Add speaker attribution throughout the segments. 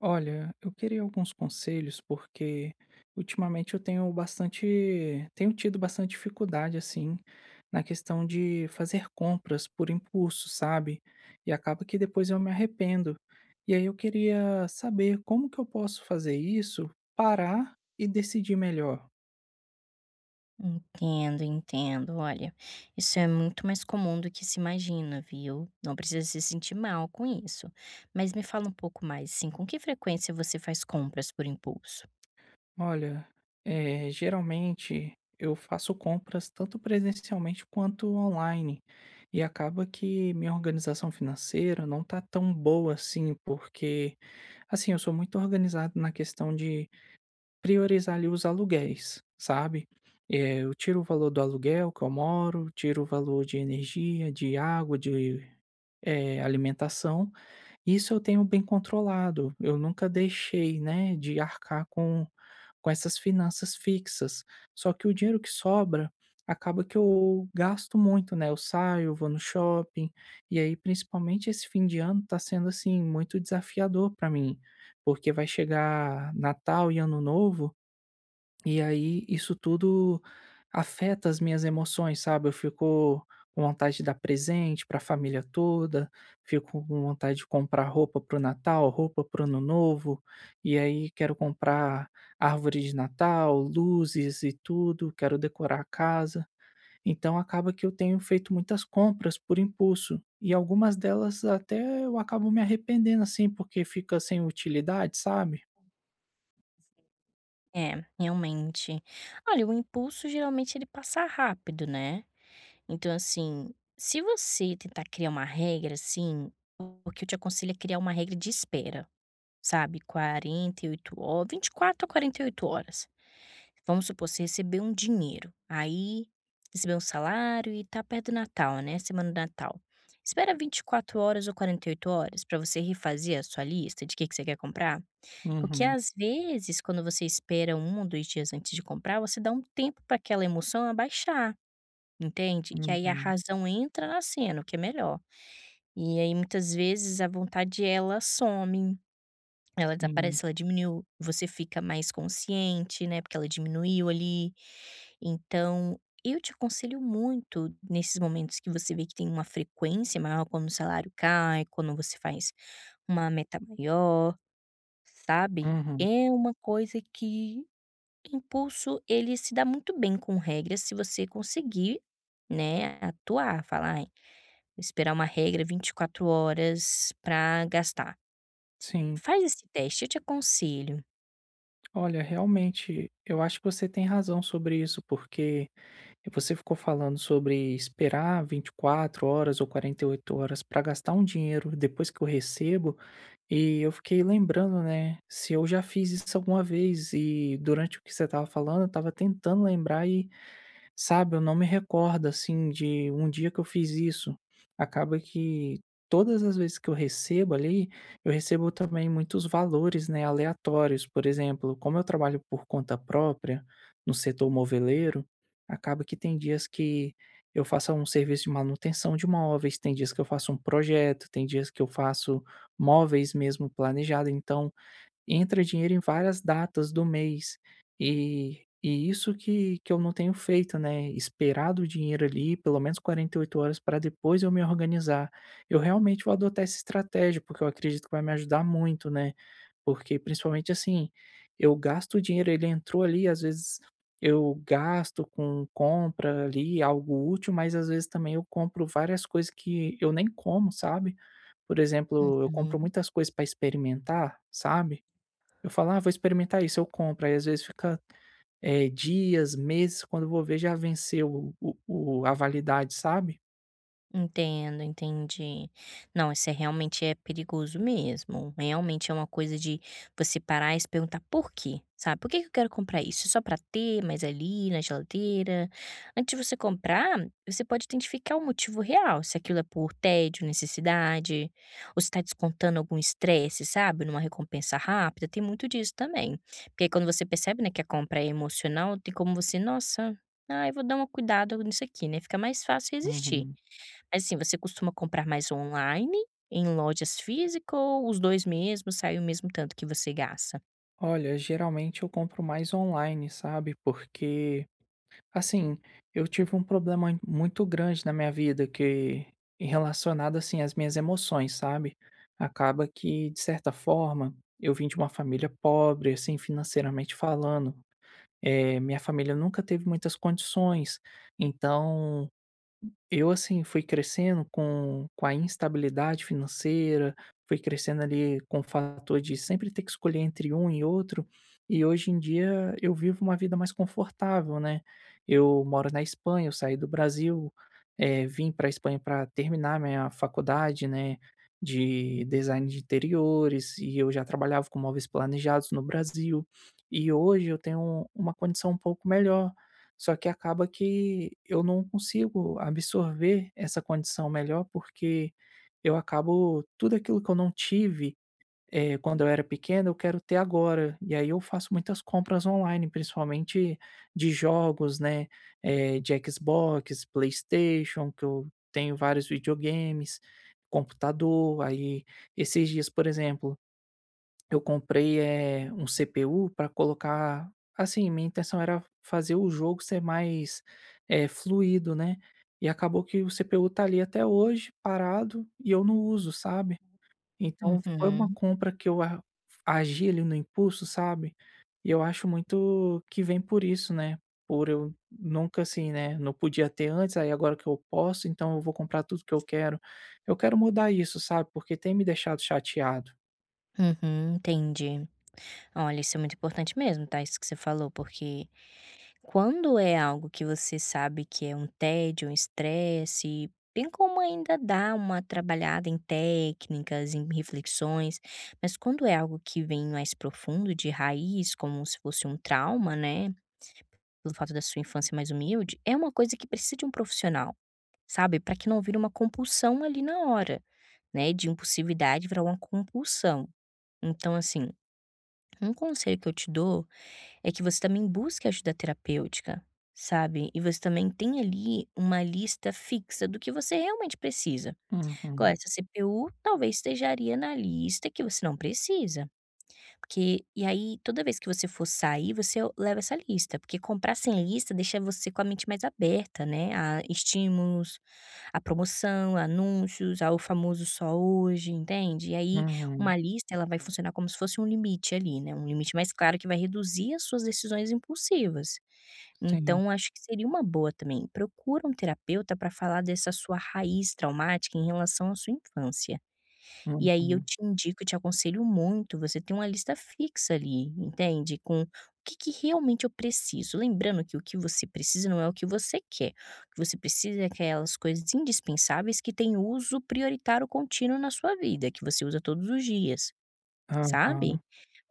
Speaker 1: Olha, eu queria alguns conselhos porque ultimamente eu tenho tido bastante dificuldade assim na questão de fazer compras por impulso, sabe? E acaba que depois eu me arrependo. E aí eu queria saber como que eu posso fazer isso, parar e decidir melhor.
Speaker 2: Entendo, entendo. Olha, isso é muito mais comum do que se imagina, viu? Não precisa se sentir mal com isso. Mas me fala um pouco mais, assim, com que frequência você faz compras por impulso?
Speaker 1: Olha, geralmente eu faço compras tanto presencialmente quanto online, e acaba que minha organização financeira não tá tão boa assim, porque, assim, eu sou muito organizado na questão de priorizar ali os aluguéis, sabe? Eu tiro o valor do aluguel que eu moro, tiro o valor de energia, de água, de alimentação, isso eu tenho bem controlado, eu nunca deixei, né, de arcar com essas finanças fixas. Só que o dinheiro que sobra, acaba que eu gasto muito, né, eu saio, vou no shopping, e aí principalmente esse fim de ano tá sendo, assim, muito desafiador para mim, porque vai chegar Natal e Ano Novo, e aí isso tudo afeta as minhas emoções, sabe? Eu fico com vontade de dar presente para a família toda, fico com vontade de comprar roupa pro Natal, roupa pro Ano Novo, e aí quero comprar árvore de Natal, luzes e tudo, quero decorar a casa. Então acaba que eu tenho feito muitas compras por impulso, e algumas delas até eu acabo me arrependendo assim, porque fica sem utilidade, sabe?
Speaker 2: É, realmente. Olha, o impulso geralmente ele passa rápido, né? Então, assim, se você tentar criar uma regra, assim, o que eu te aconselho é criar uma regra de espera, sabe? 48 horas, 24 a 48 horas. Vamos supor, você recebeu um dinheiro, aí recebeu um salário e tá perto do Natal, né, semana do Natal. Espera 24 horas ou 48 horas para você refazer a sua lista de o que que você quer comprar, porque
Speaker 1: Uhum,
Speaker 2: às vezes quando você espera um ou 2 dias antes de comprar, você dá um tempo para aquela emoção abaixar, entende? E aí a
Speaker 1: uhum,
Speaker 2: razão entra na cena, o que é melhor. E aí muitas vezes a vontade ela some. Ela
Speaker 1: sim,
Speaker 2: desaparece, ela diminuiu, você fica mais consciente, né, porque ela diminuiu ali. Então, eu te aconselho muito nesses momentos que você vê que tem uma frequência maior, quando o salário cai, quando você faz uma meta maior, sabe.
Speaker 1: uhum.
Speaker 2: É uma coisa que impulso, ele se dá muito bem com regras se você conseguir, né, atuar, falar: "Ai, vou esperar uma regra 24 horas pra gastar".
Speaker 1: Sim,
Speaker 2: Faz esse teste, eu te aconselho.
Speaker 1: olha, realmente, eu acho que você tem razão sobre isso, porque você ficou falando sobre esperar 24 horas ou 48 horas para gastar um dinheiro depois que eu recebo, e eu fiquei lembrando, né, se eu já fiz isso alguma vez, e durante o que você estava falando, eu estava tentando lembrar e sabe, eu não me recordo, assim, de um dia que eu fiz isso. Acaba que todas as vezes que eu recebo ali, eu recebo também muitos valores, né, aleatórios. Por exemplo, como eu trabalho por conta própria, no setor moveleiro, acaba que tem dias que eu faço um serviço de manutenção de móveis, tem dias que eu faço um projeto, tem dias que eu faço móveis mesmo planejado. Então, entra dinheiro em várias datas do mês. E isso que eu não tenho feito, né, esperar o dinheiro ali pelo menos 48 horas para depois eu me organizar. Eu realmente vou adotar essa estratégia, porque eu acredito que vai me ajudar muito, né, porque principalmente, assim, eu gasto o dinheiro, ele entrou ali, às vezes eu gasto com compra ali, algo útil, mas às vezes também eu compro várias coisas que eu nem como, sabe. Por exemplo, eu
Speaker 2: Uhum.
Speaker 1: compro muitas coisas para experimentar, sabe. Eu falo: "Ah, vou experimentar isso", eu compro, aí às vezes fica, dias, meses, quando eu vou ver já venceu a validade, sabe.
Speaker 2: Entendo, entendi. Não, isso é realmente é perigoso mesmo. Realmente é uma coisa de você parar e se perguntar por quê, sabe? Por que que eu quero comprar isso? Só para ter mais ali na geladeira? Antes de você comprar, você pode identificar o motivo real, se aquilo é por tédio, necessidade, ou se está descontando algum estresse, sabe? Numa recompensa rápida, tem muito disso também. Porque aí quando você percebe, né, que a compra é emocional, tem como você, nossa, ah, eu vou dar uma cuidado nisso aqui, né? Fica mais fácil resistir.
Speaker 1: Uhum.
Speaker 2: Assim, você costuma comprar mais online, em lojas físicas ou os 2 mesmo, sai o mesmo tanto que você gasta?
Speaker 1: Olha, geralmente eu compro mais online, sabe, porque, assim, eu tive um problema muito grande na minha vida que relacionado, assim, às minhas emoções, sabe. Acaba que, de certa forma, eu vim de uma família pobre, assim, financeiramente falando, minha família nunca teve muitas condições, então eu, assim, fui crescendo com a instabilidade financeira, fui crescendo ali com o fator de sempre ter que escolher entre um e outro, e hoje em dia eu vivo uma vida mais confortável, né. Eu moro na Espanha, eu saí do Brasil, vim para a Espanha para terminar minha faculdade, né, de design de interiores, e eu já trabalhava com móveis planejados no Brasil. E hoje eu tenho uma condição um pouco melhor. Só que acaba que eu não consigo absorver essa condição melhor, porque eu acabo tudo aquilo que eu não tive, quando eu era pequeno, eu quero ter agora. E aí eu faço muitas compras online, principalmente de jogos, né, de Xbox, PlayStation, que eu tenho vários videogames, computador. Aí esses dias, por exemplo eu comprei, um CPU para colocar assim, minha intenção era fazer o jogo ser mais, fluido, né, e acabou que o CPU tá ali até hoje parado e eu não uso, sabe. Então foi uma
Speaker 2: Uhum,
Speaker 1: compra que eu a agi ali no impulso, sabe. E eu acho muito que vem por isso, né, por eu nunca assim, né, não podia ter antes, aí agora que eu posso, então eu vou comprar tudo que eu quero. Eu quero mudar isso, sabe, porque tem me deixado chateado.
Speaker 2: uhum, entendi. Olha, isso é muito importante mesmo, tá, isso que você falou, porque quando é algo que você sabe que é um tédio, um estresse, tem como ainda dar uma trabalhada em técnicas, em reflexões, mas quando é algo que vem mais profundo, de raiz, como se fosse um trauma, né, pelo fato da sua infância mais humilde, é uma coisa que precisa de um profissional. Sabe, para que não vire uma compulsão ali na hora, né, de impulsividade virar uma compulsão. Então assim, um conselho que eu te dou é que você também busque ajuda terapêutica, sabe, e você também tem ali uma lista fixa do que você realmente precisa. Agora
Speaker 1: Uhum.
Speaker 2: essa CPU talvez estejaria na lista que você não precisa. Porque e aí toda vez que você for sair, você leva essa lista, porque comprar sem lista deixa você com a mente mais aberta, né, a estímulos, a promoção, a anúncios, ao famoso só hoje, entende? E aí
Speaker 1: Uhum.
Speaker 2: uma lista, ela vai funcionar como se fosse um limite ali, né, um limite mais claro que vai reduzir as suas decisões impulsivas.
Speaker 1: Sim.
Speaker 2: Então acho que seria uma boa também, procura um terapeuta para falar dessa sua raiz traumática em relação à sua infância. E aí eu
Speaker 1: Uhum.
Speaker 2: te indico e te aconselho muito você ter uma lista fixa ali, entende? Com o que que realmente eu preciso. Lembrando que o que você precisa não é o que você quer. O que você precisa é aquelas coisas indispensáveis que têm uso prioritário contínuo na sua vida, que você usa todos os dias, sabe?
Speaker 1: Aham.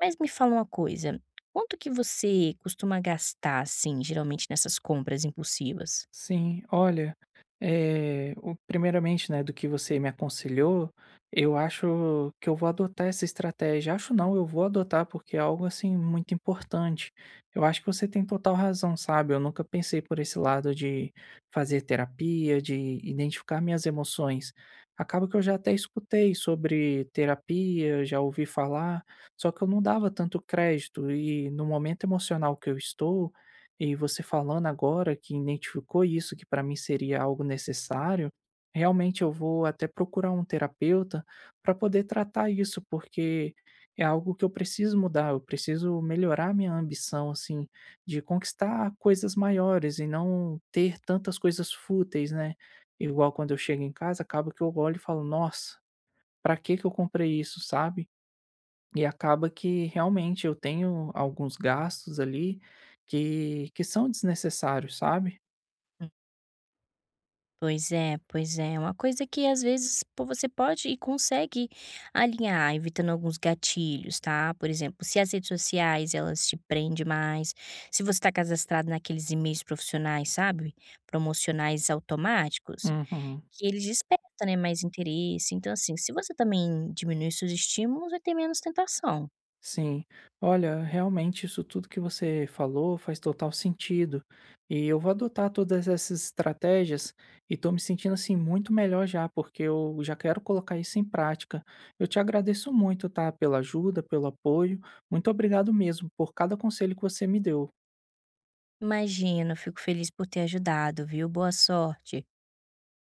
Speaker 2: Mas me fala uma coisa, quanto que você costuma gastar, assim, geralmente nessas compras impulsivas?
Speaker 1: Sim, olha, eh, o primeiramente, né, do que você me aconselhou, eu acho que eu vou adotar essa estratégia. Acho não, eu vou adotar porque é algo, assim, muito importante. Eu acho que você tem total razão, sabe, eu nunca pensei por esse lado de fazer terapia, de identificar minhas emoções. Acaba que eu já até escutei sobre terapia, já ouvi falar, só que eu não dava tanto crédito e no momento emocional que eu estou e você falando agora que identificou isso, que para mim seria algo necessário, realmente eu vou até procurar um terapeuta para poder tratar isso, porque é algo que eu preciso mudar, eu preciso melhorar minha ambição, assim, de conquistar coisas maiores e não ter tantas coisas fúteis, né? Igual quando eu chego em casa, acaba que eu olho e falo, nossa, para que que eu comprei isso, sabe? E acaba que realmente eu tenho alguns gastos ali que são desnecessários, sabe?
Speaker 2: Pois é, pois é. Uma coisa que às vezes você pode e consegue alinhar, evitando alguns gatilhos, tá? Por exemplo, se as redes sociais elas te prendem mais, se você está cadastrado naqueles e-mails profissionais, sabe? Promocionais automáticos,
Speaker 1: Uhum.
Speaker 2: que eles despertam, né, mais interesse. Então, assim, se você também diminuir seus estímulos, vai ter menos tentação.
Speaker 1: Sim. Olha, realmente isso tudo que você falou faz total sentido. E eu vou adotar todas essas estratégias e tô me sentindo assim muito melhor já, porque eu já quero colocar isso em prática. Eu te agradeço muito, tá? Pela ajuda, pelo apoio. Muito obrigado mesmo por cada conselho que você me deu.
Speaker 2: Imagina, eu fico feliz por ter ajudado, viu? Boa sorte.